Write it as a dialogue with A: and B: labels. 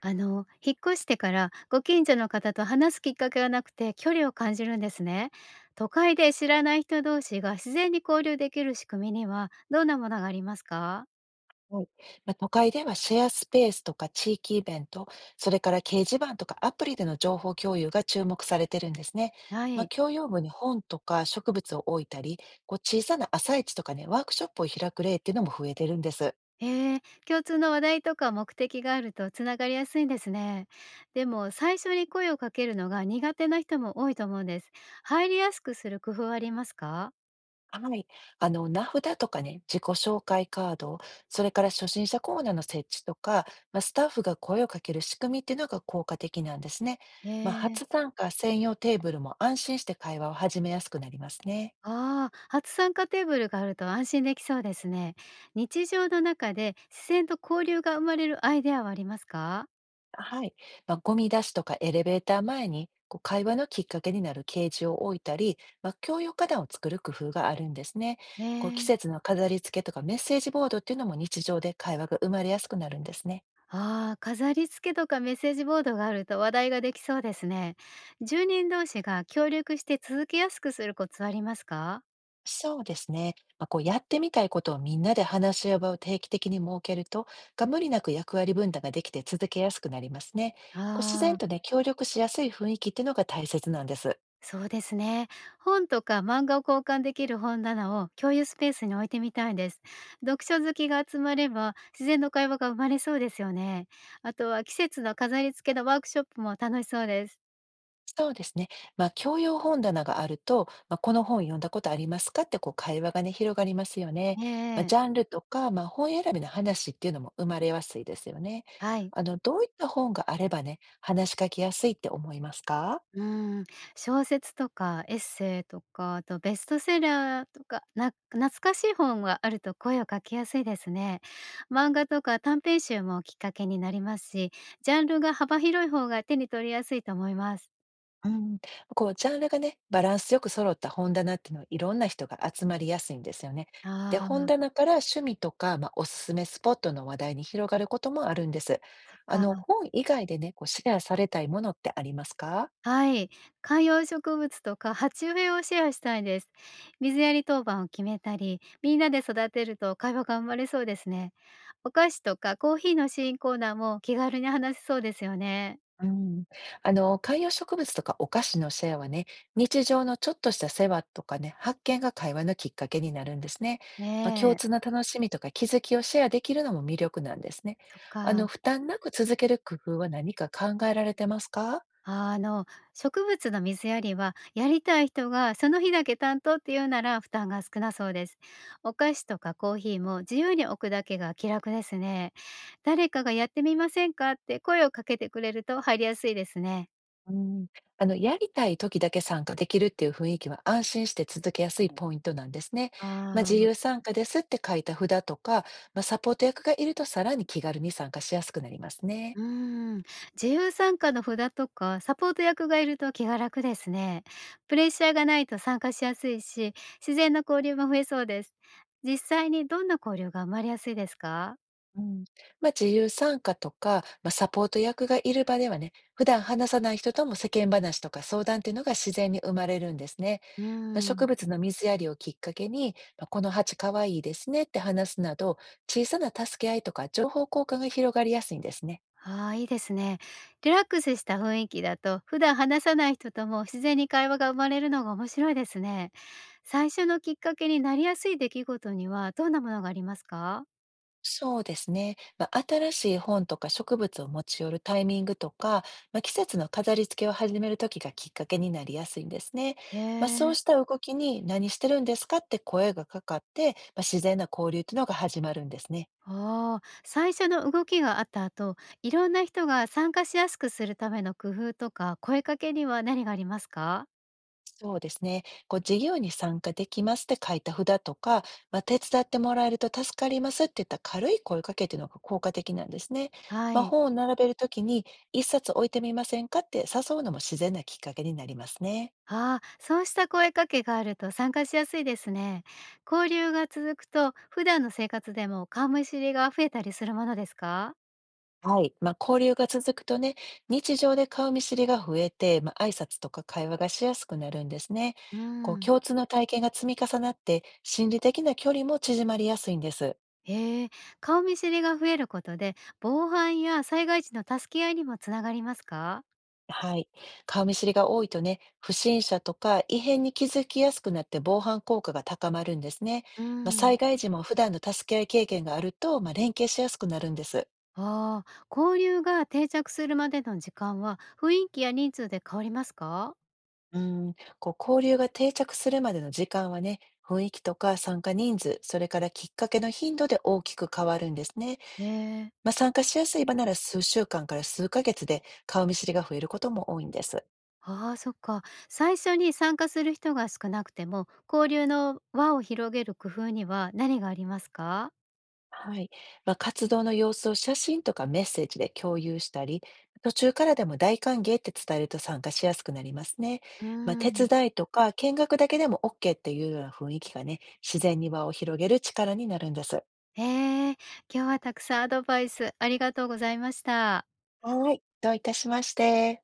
A: 引っ越してからご近所の方と話すきっかけがなくて距離を感じるんですね。都会で知らない人同士が自然に交流できる仕組みにはどんなものがありますか？
B: はい。都会ではシェアスペースとか地域イベント、それから掲示板とかアプリでの情報共有が注目されてるんですね。
A: はい。
B: 共用部に本とか植物を置いたり、こう小さな朝市とかね、ワークショップを開く例っていうのも増えてるんです。
A: 共通の話題とか目的があるとつながりやすいんですね。でも最初に声をかけるのが苦手な人も多いと思うんです。入りやすくする工夫はありますか？
B: はい。名札とかね、自己紹介カード、それから初心者コーナーの設置とか、スタッフが声をかける仕組みっていうのが効果的なんですね。
A: えー。
B: 初参加専用テーブルも安心して会話を始めやすくなりますね。
A: ああ、初参加テーブルがあると安心できそうですね。日常の中で自然と交流が生まれるアイデアはありますか？
B: はい。ゴミ出しとかエレベーター前に、こう会話のきっかけになる掲示を置いたり、共用花壇を作る工夫があるんですね。こう
A: ね
B: 季
A: え。
B: 節の飾り付けとかメッセージボードっていうのも日常で会話が生まれやすくなるんですね。
A: ああ、飾り付けとかメッセージボードがあると話題ができそうですね。住人同士が協力して続けやすくするコツはありますか？
B: そうですね。こうやってみたいことをみんなで話し合う場を定期的に設けると、が無理なく役割分担ができて続けやすくなりますね。こう自
A: あ
B: 然
A: あ
B: と
A: ー。
B: ね、協力しやすい雰囲気っていうのが大切なんです。
A: そうですね。本とか漫画を交換できる本棚を共有スペースに置いてみたいです。読書好きが集まれば自然の会話が生まれそうですよね。あとは季節の飾り付けのワークショップも楽しそうです。
B: そうですね。教養本棚があると、この本読んだことありますかってこう会話がね、広がりますよね。
A: ええ。
B: ジャンルとか、本選びの話っていうのも生まれやすいですよね。
A: はい。
B: どういった本があればね、話しかけやすいって思いますか？
A: うん、小説とかエッセイとかあとベストセラーとかな懐かしい本があると声をかけやすいですね。漫画とか短編集もきっかけになりますし、ジャンルが幅広い方が手に取りやすいと思います。
B: うん、こう、ジャンルがね、バランスよく揃った本棚っていうのはいろんな人が集まりやすいんですよね。で、
A: あ
B: 本
A: あ、
B: 棚から趣味とか、おすすめスポットの話題に広がることもあるんです。
A: そっか。
B: 本以外でね、こうシェアされたいものってありますか？
A: はい。観葉植物とか鉢植えをシェアしたいです。水やり当番を決めたり、みんなで育てると会話が生まれそうですね。お菓子とかコーヒーの新コーナーも気軽に話せそうですよね。
B: うん、あの観葉植物とかお菓子のシェアはね、日常のちょっとした世話とかね、発見が会話のきっかけになるんですね。
A: ね
B: 共
A: え、
B: 通の楽しみとか気づきをシェアできるのも魅力なんですね。
A: そっ
B: あ
A: か。
B: の負担なく続ける工夫は何か考えられてますか？
A: あの、植物の水やりは、やりたい人がその日だけ担当っていうなら負担が少なそうです。お菓子とかコーヒーも自由に置くだけが気楽ですね。誰かがやってみませんかって声をかけてくれると入りやすいですね。
B: うん、あのやりたい時だけ参加できるっていう雰囲気は安心して続けやすいポイントなんですね。
A: あ
B: 自
A: あ。
B: 由参加ですって書いた札とか、サポート役がいるとさらに気軽に参加しやすくなりますね。
A: うーん、自由参加の札とかサポート役がいると気が楽ですね。プレッシャーがないと参加しやすいし、自然な交流も増えそうです。実際にどんな交流が生まれやすいですか？
B: うん、自由参加とか、サポート役がいる場ではね、普段話さない人とも世間話とか相談っていうのが自然に生まれるんですね。
A: うー
B: 植
A: ん。
B: 物の水やりをきっかけに、この鉢可愛いいですねって話すなど、小さな助け合いとか情報交換が広がりやすいんですね。
A: ああ、いいですね。リラックスした雰囲気だと、普段話さない人とも自然に会話が生まれるのが面白いですね。最初のきっかけになりやすい出来事にはどんなものがありますか？
B: そうですね。新しい本とか植物を持ち寄るタイミングとか、季節の飾り付けを始めるときがきっかけになりやすいんですね。
A: へ
B: そう
A: え、
B: した動きに何してるんですかって声がかかって、自然な交流というのが始まるんですね。
A: あー、最初の動きがあった後、いろんな人が参加しやすくするための工夫とか、声かけには何がありますか？
B: そうですね。こう事業に参加できますって書いた札とか、手伝ってもらえると助かりますっていった軽い声かけというのが効果的なんですね。
A: はい。
B: 本を並べるときに一冊置いてみませんかって誘うのも自然なきっかけになりますね。
A: ああ、そうした声かけがあると参加しやすいですね。交流が続くと、普段の生活でも顔見知りが増えたりするものですか？
B: はい。交流が続くとね、日常で顔見知りが増えて、挨拶とか会話がしやすくなるんですね。
A: うー
B: こう、
A: ん。
B: 共通の体験が積み重なって、心理的な距離も縮まりやすいんです。
A: へえ、顔見知りが増えることで、防犯や災害時の助け合いにもつながりますか？
B: はい。顔見知りが多いとね、不審者とか異変に気づきやすくなって防犯効果が高まるんですね。
A: うー
B: 災
A: ん。
B: 害時も普段の助け合い経験があると、連携しやすくなるんです。
A: ああ、交流が定着するまでの時間は雰囲気や人数で変わりますか？
B: うん、こう交流が定着するまでの時間はね、雰囲気とか参加人数、それからきっかけの頻度で大きく変わるんですね。
A: ねえ。
B: 参加しやすい場なら数週間から数ヶ月で顔見知りが増えることも多いんです。
A: ああ、そっか。最初に参加する人が少なくても、交流の輪を広げる工夫には何がありますか？
B: はい。活動の様子を写真とかメッセージで共有したり、途中からでも大歓迎って伝えると参加しやすくなりますね。
A: うー
B: 手
A: ん。
B: 伝いとか見学だけでも OK っていうような雰囲気がね、自然に輪を広げる力になるんです。
A: ええ、今日はたくさんアドバイスありがとうございました。
B: はい。どういたしまして。